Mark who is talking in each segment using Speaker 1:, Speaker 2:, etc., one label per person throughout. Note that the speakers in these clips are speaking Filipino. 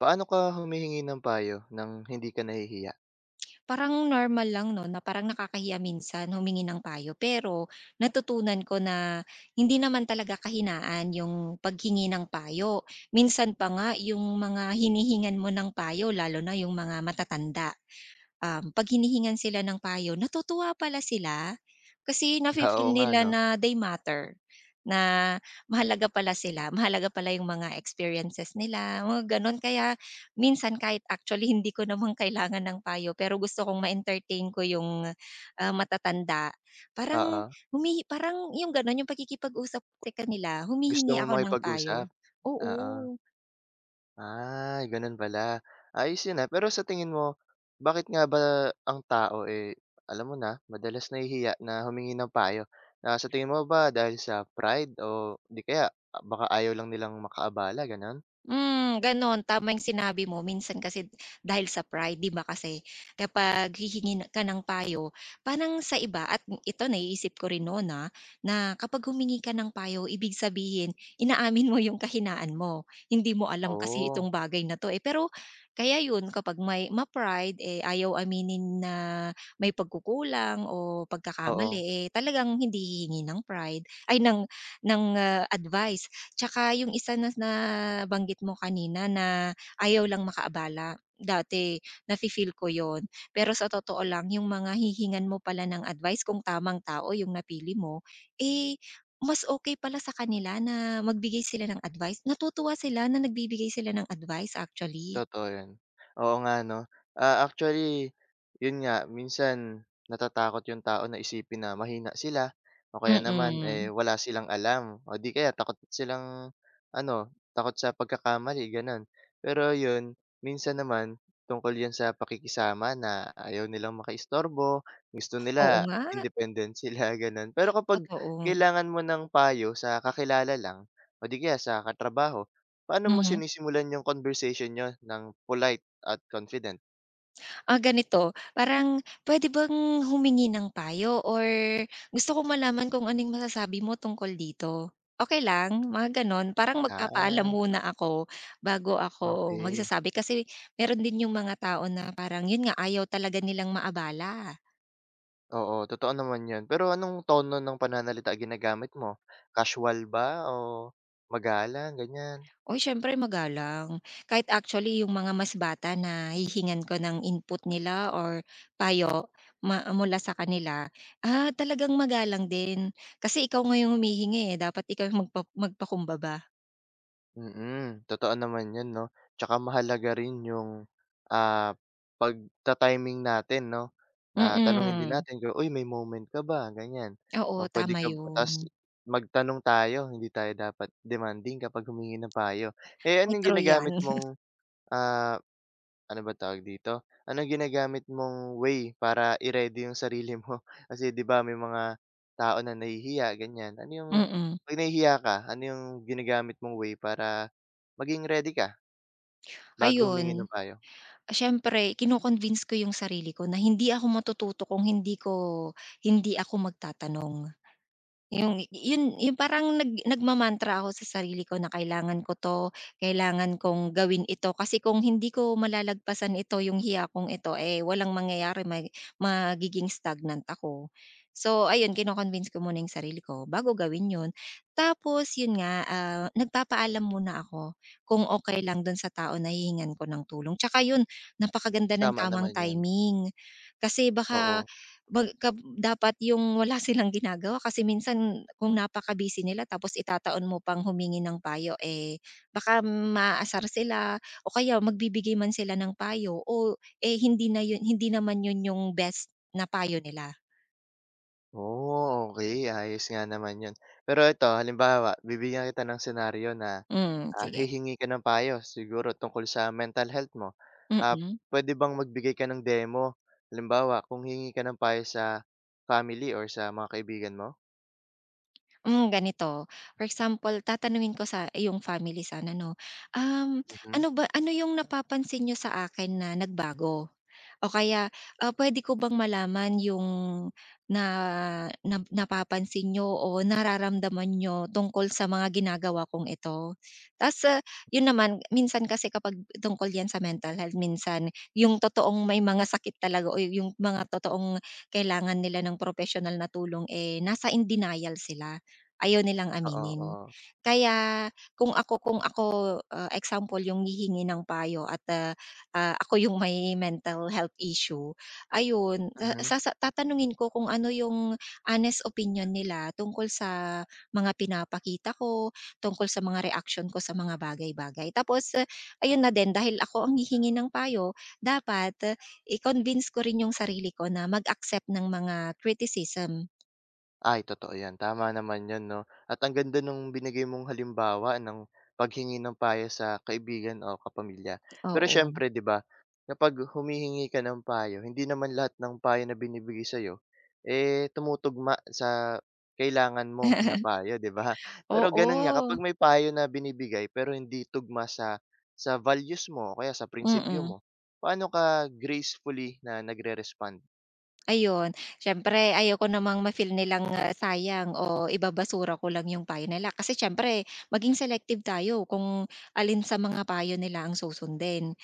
Speaker 1: Paano ka humihingi ng payo ng hindi ka nahihiya?
Speaker 2: Parang normal lang 'no, na parang nakakahiya minsan humingi ng payo, pero natutunan ko na hindi naman talaga kahinaan yung paghingi ng payo. Minsan pa nga yung mga hinihingan mo ng payo lalo na yung mga matatanda, 'pag hinihingan sila ng payo natutuwa pala sila, kasi nafi-feel
Speaker 1: Oo nga
Speaker 2: nila
Speaker 1: 'no,
Speaker 2: na they matter, na mahalaga pala sila, mahalaga pala yung mga experiences nila, mga gano'n. Kaya minsan kahit actually hindi ko naman kailangan ng payo pero gusto kong ma-entertain ko yung, matatanda, parang
Speaker 1: oo.
Speaker 2: humihi parang yung gano'n, yung pakikipag-usap sa kanila,
Speaker 1: Gusto
Speaker 2: humihingi
Speaker 1: mo
Speaker 2: ako ng
Speaker 1: makipag-usap?
Speaker 2: payo.
Speaker 1: Oo.
Speaker 2: Oo.
Speaker 1: Gano'n pala. Ayos 'yun, pero sa tingin mo, bakit nga ba ang tao, eh, alam mo na, madalas nahihiya na humingi ng payo? Sa tingin mo ba dahil sa pride o 'di kaya baka ayaw lang nilang makaabala, gano'n?
Speaker 2: Gano'n tama yung sinabi mo minsan kasi dahil sa pride 'di ba kasi kapag hihingi ka ng payo parang sa iba at ito naiisip ko rin noon, na kapag humingi ka ng payo ibig sabihin inaamin mo yung kahinaan mo. Hindi mo alam kasi itong
Speaker 1: Oh,
Speaker 2: bagay na 'to, eh, pero kaya yun kapag may ma-pride, eh, ayaw aminin na may pagkukulang o pagkakamali,
Speaker 1: oo.
Speaker 2: eh, talagang hindi hihingi ng pride ay ng advice. Tsaka yung isa na nabanggit mo kanina na ayaw lang makaabala, dati nafi-feel ko yon. Pero sa totoo lang yung mga hihingan mo pala ng advice kung tamang tao yung napili mo, eh, mas okay pala sa kanila na magbigay sila ng advice. Natutuwa sila na nagbibigay sila ng advice actually.
Speaker 1: Totoo yun. Oo nga 'no. Actually, yun nga minsan natatakot yung tao na isipin na mahina sila o kaya naman,
Speaker 2: Mm.
Speaker 1: eh, wala silang alam o di kaya takot silang ano, takot sa pagkakamali gano'n. Pero yun, minsan naman tungkol yan sa pakikisama na ayaw nilang makaistorbo, gusto
Speaker 2: Oo
Speaker 1: nila
Speaker 2: nga,
Speaker 1: independent sila gano'n. Pero kapag
Speaker 2: totoo.
Speaker 1: kailangan mo ng payo sa kakilala lang o di kaya sa katrabaho. Paano mo
Speaker 2: Mhm.
Speaker 1: sinisimulan yung conversation niyo ng polite at confident?
Speaker 2: Ganito, parang pwede bang humingi ng payo or gusto ko malaman kung anong masasabi mo tungkol dito. Okey lang? Mga gano'n. Parang magpapaalam
Speaker 1: Ah,
Speaker 2: muna ako bago ako
Speaker 1: Okey.
Speaker 2: magsasabi kasi meron din yung mga tao na parang yun nga, ayaw talaga nilang maabala.
Speaker 1: Oo, totoo naman yun. Pero anong tono ng pananalita ginamit mo? Casual ba o magalang, ganyan?
Speaker 2: Uy, siyempre magalang. Kahit actually yung mga mas bata na hihingan ko ng input nila or payo mula sa kanila, talagang magalang din. Kasi ikaw nga yung humihingi eh, dapat ikaw yung magpakumbaba.
Speaker 1: Mm, totoo naman 'yun 'no, tsaka mahalaga rin yung, ah, pagta-timing natin 'no, na tanungin din
Speaker 2: Mm.
Speaker 1: natin kung, "Uy, may moment ka ba?" Ganiyan.
Speaker 2: Oo,
Speaker 1: O puwede
Speaker 2: tama
Speaker 1: ka
Speaker 2: yun.
Speaker 1: ta's magtanong tayo, hindi tayo dapat demanding kapag humingi ng payo. Eh,
Speaker 2: Ay,
Speaker 1: anong
Speaker 2: true yan.
Speaker 1: ginagamit mong, ah ano ba tawag dito? Ano ginagamit mong way para i-ready yung sarili mo? Kasi 'di ba may mga tao na nahihiya ganyan. Ano yung
Speaker 2: Mm.
Speaker 1: 'pag nahihiya ka, ano yung ginagamit mong way para maging ready ka bago humingi
Speaker 2: Ayun,
Speaker 1: ng payo?
Speaker 2: siyempre kino-convince ko yung sarili ko na hindi ako matututo kung hindi ako magtatanong. Yun yung parang nagmamantra ako sa sarili ko na kailangan ko 'to, kailangan kong gawin ito kasi kung hindi ko malalagpasan ito, yung hiya kong ito, eh, walang mangyayari magiging stagnant ako. So ayun, kino-convince ko muna yung sarili ko bago gawin yun. Tapos yun nga, nagpapaalam muna ako kung okey lang dun sa tao na hihingan ko ng tulong. Tsaka yun, napakaganda ng
Speaker 1: Tama
Speaker 2: tamang
Speaker 1: naman 'yan,
Speaker 2: timing kasi baka
Speaker 1: oo.
Speaker 2: pagka dapat yung wala silang ginagawa kasi minsan kung napaka-busy nila tapos itataon mo pang humingi ng payo, eh, baka maaasar sila o kaya magbibigay man sila ng payo o, eh, hindi naman yun yung best na payo nila.
Speaker 1: Oh, okey ayos nga naman 'yun. Pero ito halimbawa bibigyan kita ng senaryo na
Speaker 2: Hmm, sige.
Speaker 1: Hihingi ka ng payo siguro tungkol sa mental health mo. Ah,
Speaker 2: Mm.
Speaker 1: Pwede bang magbigay ka ng demo? Halimbawa, kung hihingi ka ng payo sa family or sa mga kaibigan mo?
Speaker 2: Ganito, for example, tatanungin ko sa yung family sana 'no, um,
Speaker 1: Mhm,
Speaker 2: ano yung napapansin niyo sa akin na nagbago? O kaya, puwede ko bang malaman yung na na napapansin niyo o nararamdaman niyo tungkol sa mga ginagawa kong ito? Ta's, yun naman minsan kasi kapag tungkol yan sa mental health, minsan yung totoong may mga sakit talaga o yung mga totoong kailangan nila ng propesyonal na tulong, eh, nasa in denial sila, ayaw nilang
Speaker 1: oo,
Speaker 2: aminin.
Speaker 1: oo.
Speaker 2: Kaya kung ako, example yung hihingi ng payo at, ako yung may mental health issue, ayun, ta
Speaker 1: Mhm.
Speaker 2: sasa tatanungin ko kung ano yung honest opinion nila tungkol sa mga pinapakita ko, tungkol sa mga reaksyon ko sa mga bagay-bagay. Tapos, eh, ayun na din, dahil ako ang hihingi ng payo, dapat eh, i-convince ko rin yung sarili ko na mag-accept ng mga criticism,
Speaker 1: Ay, totoo 'yan, tama naman 'yun 'no, at ang ganda nung binigay mong halimbawa ng paghingi ng payo sa kaibigan o kapamilya. Pero
Speaker 2: oo.
Speaker 1: siyempre 'di ba, kapag humihingi ka ng payo hindi naman lahat ng payo na binibigay sa'yo, eh, tumutugma sa kailangan mo na payo 'di ba? Pero gano'n nga
Speaker 2: Oo,
Speaker 1: kapag may payo na binibigay pero hindi tugma sa values mo o kaya sa prinsipyo
Speaker 2: mm.
Speaker 1: mo, paano ka gracefully na nagre-respond?
Speaker 2: Ayun, siyempre ayoko namang ma-feel nilang, sayang o ibabasura ko lang yung payo nila kasi siyempre maging selective tayo kung alin sa mga payo nila ang susundin.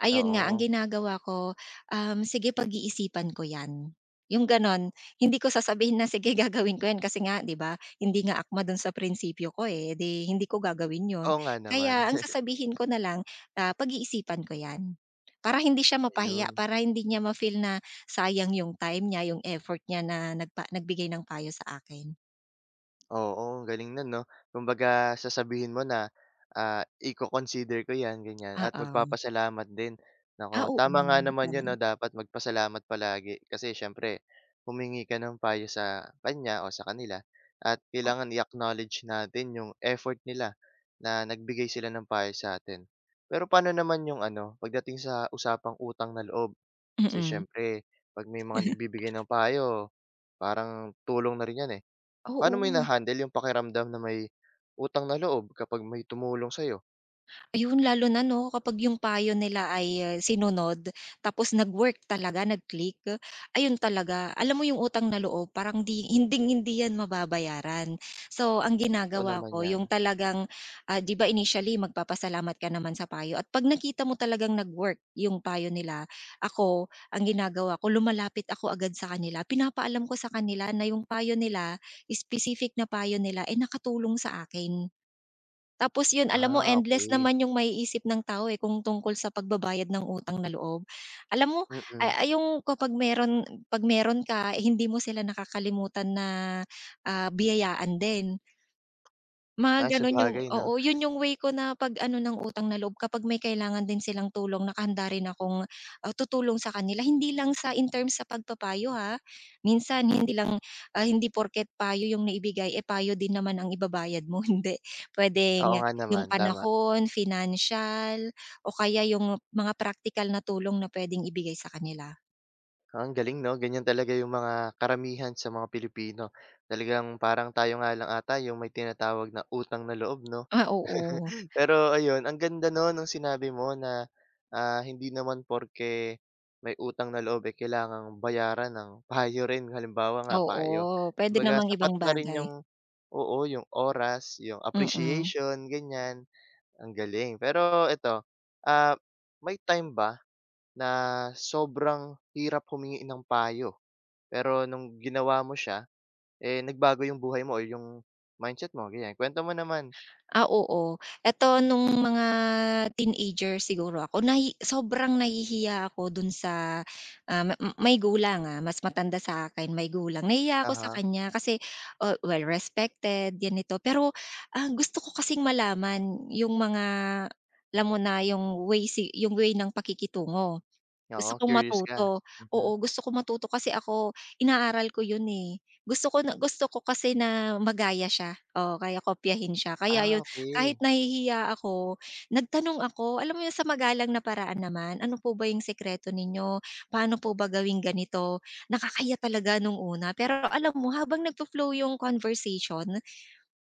Speaker 2: Ayun nga ang
Speaker 1: Oo,
Speaker 2: ginagawa ko, sige pag-iisipan ko 'yan, yung gano'n. Hindi ko sasabihin na sige gagawin ko 'yan kasi nga 'di ba, hindi nga akma do'n sa prinsipyo ko, eh, 'di hindi ko gagawin 'yun.
Speaker 1: oo nga naman,
Speaker 2: Kaya ang sasabihin ko na lang, pag-iisipan ko 'yan. Para hindi siya mapahiya,
Speaker 1: ayun.
Speaker 2: para hindi niya ma-feel na sayang yung time niya, yung effort niya na nagbigay ng payo sa akin.
Speaker 1: Oo, ang galing nun 'no. Kumbaga sasabihin mo na, iko-consider ko 'yan, ganyan
Speaker 2: Oo.
Speaker 1: at
Speaker 2: Ah,
Speaker 1: magpapasalamat din.
Speaker 2: Ah,
Speaker 1: Naku,
Speaker 2: oo,
Speaker 1: tama nga naman
Speaker 2: tama.
Speaker 1: yun 'no, dapat magpasalamat palagi kasi siyempre humingi ka ng payo sa kanya o sa kanila at
Speaker 2: O
Speaker 1: kailangan i-acknowledge natin yung effort nila na nagbigay sila ng payo sa'tin. Pero paano naman yung ano, pagdating sa usapang utang na loob? Kasi
Speaker 2: mm.
Speaker 1: siyempre 'pag may mga nagbibigay ng payo, parang tulong na rin 'yan, eh. Paano mo
Speaker 2: Oo.
Speaker 1: hina-handle yung pakiramdam na may utang na loob kapag may tumulong sa'yo?
Speaker 2: Ayun, lalo na 'no, kapag yung payo nila ay eh, sinunod tapos nag-work talaga, nag-click, ayun talaga, alam mo yung utang na loob parang di hinding-hindi yan mababayaran. So, ang
Speaker 1: Totoo
Speaker 2: ginagawa
Speaker 1: naman
Speaker 2: ko
Speaker 1: 'yan.
Speaker 2: yung talagang, 'di ba initially magpapasalamat ka naman sa payo at 'pag nakita mo talagang nag-work yung payo nila, ako ang ginagawa ko lumalapit ako agad sa kanila, pinapaalam ko sa kanila na yung payo nila, specific na payo nila, ay nakatulong sa akin. Tapos 'yun alam mo endless
Speaker 1: Okey.
Speaker 2: naman yung maiisip ng tao, eh, kung tungkol sa pagbabayad ng utang na loob. Alam mo,
Speaker 1: Mm.
Speaker 2: yung kapag 'pag meron ka, eh, hindi mo sila nakakalimutan na, biyayaan din. Mga
Speaker 1: Ay,
Speaker 2: gano'n yung
Speaker 1: sabagay 'no.
Speaker 2: oo, yun yung way ko na pag-ano ng utang na loob kapag may kailangan din silang tulong nakahanda rin akong, tutulong sa kanila. Hindi lang sa in terms sa pagpapayo ha, minsan hindi lang, hindi porket payo yung naibigay, eh, payo din naman ang ibabayad mo, hindi.
Speaker 1: Oo
Speaker 2: Puwedeng
Speaker 1: nga
Speaker 2: yung
Speaker 1: naman, tama.
Speaker 2: panahon, financial o kaya yung mga praktikal na tulong na puwedeng ibigay sa kanila.
Speaker 1: Ang galing 'no, ganyan talaga yung mga karamihan sa mga Pilipino. Talagang parang tayo nga lang ata yung may tinatawag na utang na loob 'no?
Speaker 2: Ah, oo.
Speaker 1: Pero ayun, ang ganda 'no nung sinabi mo na, hindi naman porke may utang na loob, eh, kailangang bayaran ng payo rin, halimbawa nga
Speaker 2: Oo,
Speaker 1: payo.
Speaker 2: puwede
Speaker 1: Kumbaga
Speaker 2: namang ibang
Speaker 1: sapat na rin
Speaker 2: bagay.
Speaker 1: yung oo, yung oras, yung
Speaker 2: Mm.
Speaker 1: appreciation, ganyan. Ang galing. Pero eto, ah, may time ba na sobrang hirap humingi ng payo, pero nung ginawa mo siya, eh, nagbago yung buhay mo or yung mindset mo, ganyan? Kwento mo naman.
Speaker 2: Ah, oo. Eto nung mga teenager siguro ako sobrang nahihiya ako dun sa, may gulang, mas matanda sa sa'kin, may gulang. Nahihiya ako sa
Speaker 1: Aha,
Speaker 2: kanya kasi, oh, well respected, ganito. Pero, gusto ko kasing malaman yung mga alam mo na yung way ng pakikitungo.
Speaker 1: huh,
Speaker 2: Gusto
Speaker 1: oo,
Speaker 2: kong
Speaker 1: curious ka.
Speaker 2: matuto,
Speaker 1: Mhm.
Speaker 2: oo, gusto kong matuto kasi ako inaaral ko 'yun, eh. Gusto ko na gusto ko kasi na magaya siya, oo, kaya kopyahin siya. Kaya 'yun, kahit
Speaker 1: Okey.
Speaker 2: nahihiya ako, nagtanong ako, alam mo 'yun, sa magalang na paraan naman, "Ano po ba 'yung sikreto ninyo? Paano po ba gawing ganito?" Nakakahiya talaga nung una, pero alam mo habang nagfo-flow 'yung conversation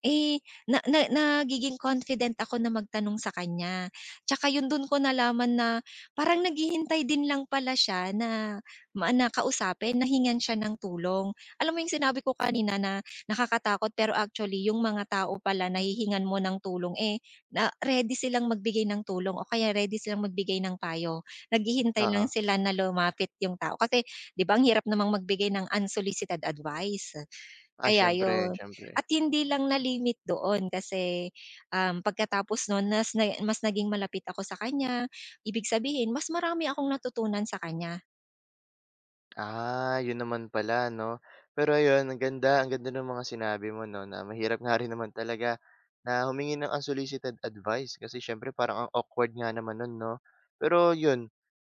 Speaker 2: eh, na na nagiging confident ako na magtanong sa kanya. Tsaka yun dun ko nalaman na parang naghihintay din lang pala siya na na kausapin, na siya ng tulong. Alam mo yung sinabi ko kanina na nakakatakot pero actually yung mga tao pala na mo ng tulong, eh, na ready silang magbigay ng tulong o kaya ready silang magbigay ng payo. Naghihintay lang
Speaker 1: Oo.
Speaker 2: sila na lumapit yung tao kasi 'di ba ang hirap namang magbigay ng unsolicited advice. Kaya
Speaker 1: Siyempre,
Speaker 2: yun.
Speaker 1: siyempre.
Speaker 2: At hindi lang nalimit doon kasi, pagkatapos nun nas na mas naging malapit ako sa kanya, ibig sabihin mas marami akong natutunan sa kanya.
Speaker 1: Yun naman pala 'no. Pero ayun ang ganda ng mga sinabi mo 'no, na mahirap nga rin naman talaga na humingi ng unsolicited advice kasi siyempre parang ang awkward nga naman nun 'no. Pero yun,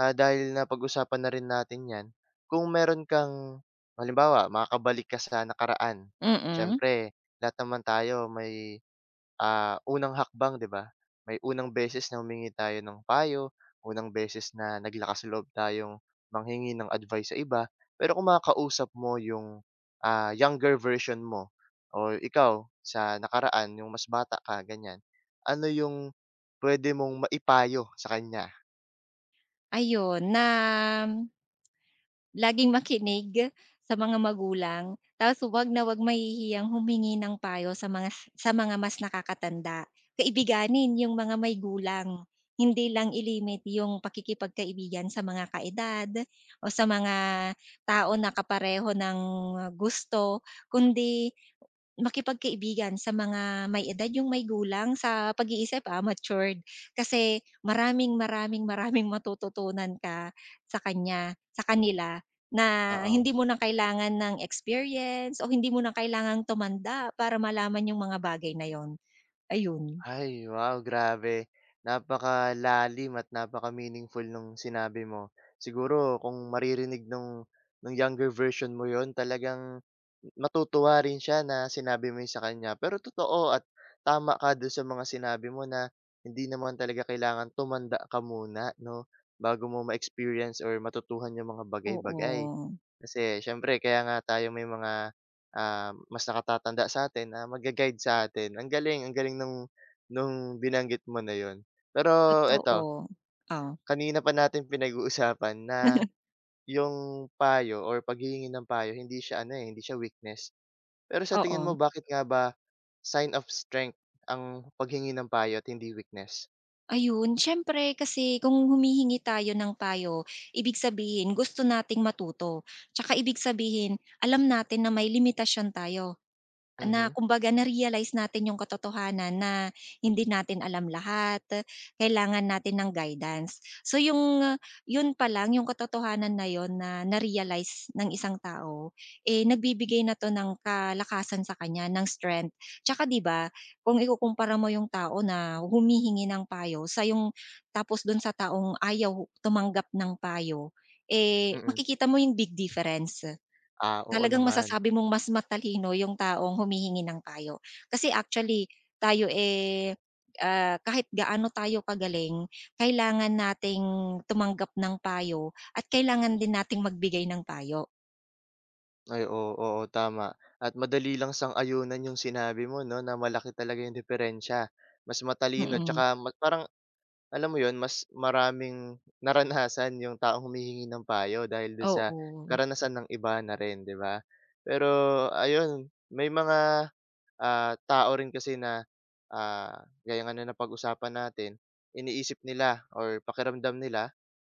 Speaker 1: dahil napag-usapan na rin natin 'yan, kung meron kang halimbawa makakabalik ka sa nakaraan,
Speaker 2: Mm,
Speaker 1: siyempre lahat naman tayo may, unang hakbang 'di ba? May unang beses na humingi tayo ng payo, unang beses na naglakas loob tayong manghingi ng advice sa iba. Pero kung makakausap mo yung, younger version mo o ikaw sa nakaraan yung mas bata ka, ganyan, ano yung pwede mong maipayo sa kanya?
Speaker 2: ayun na. Laging makinig sa mga magulang, tapos 'wag na 'wag mahihiyang humingi ng payo sa mga mas nakakatanda. Kaibiganin yung mga may gulang, hindi lang ilimit yung pakikipagkaibigan sa mga kaedad o sa mga tao na kapareho ng gusto, kundi makipagkaibigan sa mga may edad, yung may gulang sa pag-iisip, matured. Kasi maraming, maraming, maraming matututunan ka sa kanila na hindi
Speaker 1: Oo.
Speaker 2: mo na kailangan ng experience o hindi mo na kailangang tumanda para malaman yung mga bagay na yon. Ayun.
Speaker 1: Ay, wow, grabe. Napakalalim at napaka-meaningful nung sinabi mo. Siguro kung maririnig nung younger version mo 'yon talagang matutuwa rin siya na sinabi mo 'yon sa kanya. Pero totoo at tama ka do'n sa mga sinabi mo na hindi naman talaga kailangan tumanda ka muna 'no, bago mo ma-experience or matutuhan yung mga bagay-bagay.
Speaker 2: Oo,
Speaker 1: Kasi siyempre kaya nga tayo may mga, mas nakatatanda sa'tin na magga-guide sa atin. Ang galing nung binanggit mo na yon. Pero eto,
Speaker 2: totoo. Oh.
Speaker 1: kanina pa natin pinag-uusapan na yung payo or paghihingi ng payo hindi siya ano, eh, hindi siya weakness. Pero sa tingin
Speaker 2: Oo.
Speaker 1: mo bakit nga ba sign of strength ang paghingi ng payo at hindi weakness?
Speaker 2: Ayun, siyempre kasi kung humihingi tayo ng payo, ibig sabihin gusto nating matuto. Tsaka ibig sabihin, alam natin na may limitasyon tayo, na
Speaker 1: Mhm,
Speaker 2: kumbaga na-realize natin yung katotohanan na hindi natin alam lahat, kailangan natin ng guidance. So yun pa lang, yung katotohanan na yon na na-realize ng isang tao, eh nagbibigay na to ng kalakasan sa kanya, ng strength. Tsaka 'di ba, kung ikukumpara mo yung tao na humihingi ng payo sa yung tapos dun sa taong ayaw tumanggap ng payo, eh,
Speaker 1: mm.
Speaker 2: makikita mo yung big difference.
Speaker 1: Oo
Speaker 2: Talagang
Speaker 1: naman.
Speaker 2: masasabi mong mas matalino yung taong humihingi ng payo. Kasi actually tayo, eh, kahit gaano tayo kagaling, kailangan nating tumanggap ng payo at kailangan din nating magbigay ng payo.
Speaker 1: Ay, oo, oo, tama. At madali lang sang-ayunan yung sinabi mo 'no, na malaki talaga yung diferensya. Mas matalino
Speaker 2: Mm,
Speaker 1: 'tsaka parang alam mo yon mas maraming naranasan yung taong humihingi ng payo dahil do'n sa
Speaker 2: oo,
Speaker 1: karanasan ng iba na rin, 'di ba? Pero ayun, may mga, tao rin kasi na, gaya nga ng napag-usapan natin, iniisip nila or pakiramdam nila,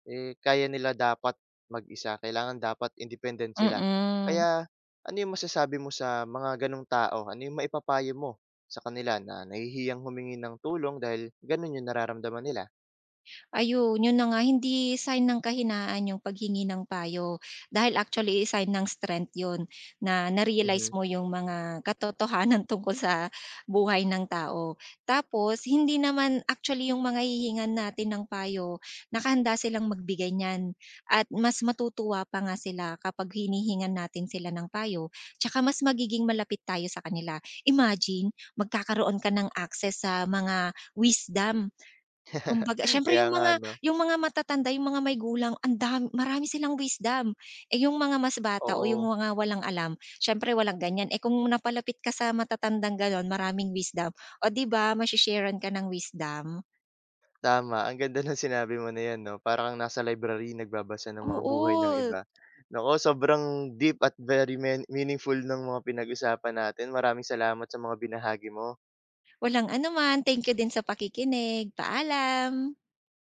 Speaker 1: eh, kaya nila dapat mag-isa, kailangan dapat independent sila.
Speaker 2: mm.
Speaker 1: Kaya ano yung masasabi mo sa mga gano'ng tao? Ano yung maipapayo mo sa kanila na nahihiyang humingi ng tulong dahil gano'n yung nararamdaman nila?
Speaker 2: Ayun, yun na nga hindi sign ng kahinaan yung paghingi ng payo, dahil actually sign ng strength yun na na-realize
Speaker 1: Mhm.
Speaker 2: mo yung mga katotohanan tungkol sa buhay ng tao. Tapos hindi naman actually yung mga hihingan natin ng payo, nakahanda silang magbigay niyan at mas matutuwa pa nga sila kapag hinihingan natin sila ng payo, tsaka mas magiging malapit tayo sa kanila. Imagine magkakaroon ka ng access sa mga wisdom. Kumbaga siyempre
Speaker 1: Kaya
Speaker 2: yung
Speaker 1: nga
Speaker 2: mga
Speaker 1: 'no,
Speaker 2: matatanda, yung mga may gulang ang dam marami silang wisdom. Eh, yung mga mas bata o yung
Speaker 1: oo,
Speaker 2: mga walang alam, siyempre walang ganyan. Eh, kung napalapit ka sa matatandang gano'n, maraming wisdom, o 'di ba mashi-share-an ka ng wisdom?
Speaker 1: tama. Ang ganda ng sinabi mo na 'yan 'no, para kang nasa library nagbabasa ng mga buhay ng
Speaker 2: Oo,
Speaker 1: iba. Naku, sobrang deep at very meaningful ng mga pinag-usapan natin. Maraming salamat sa mga binahagi mo.
Speaker 2: walang anuman. Thank you din sa pakikinig. Paalam.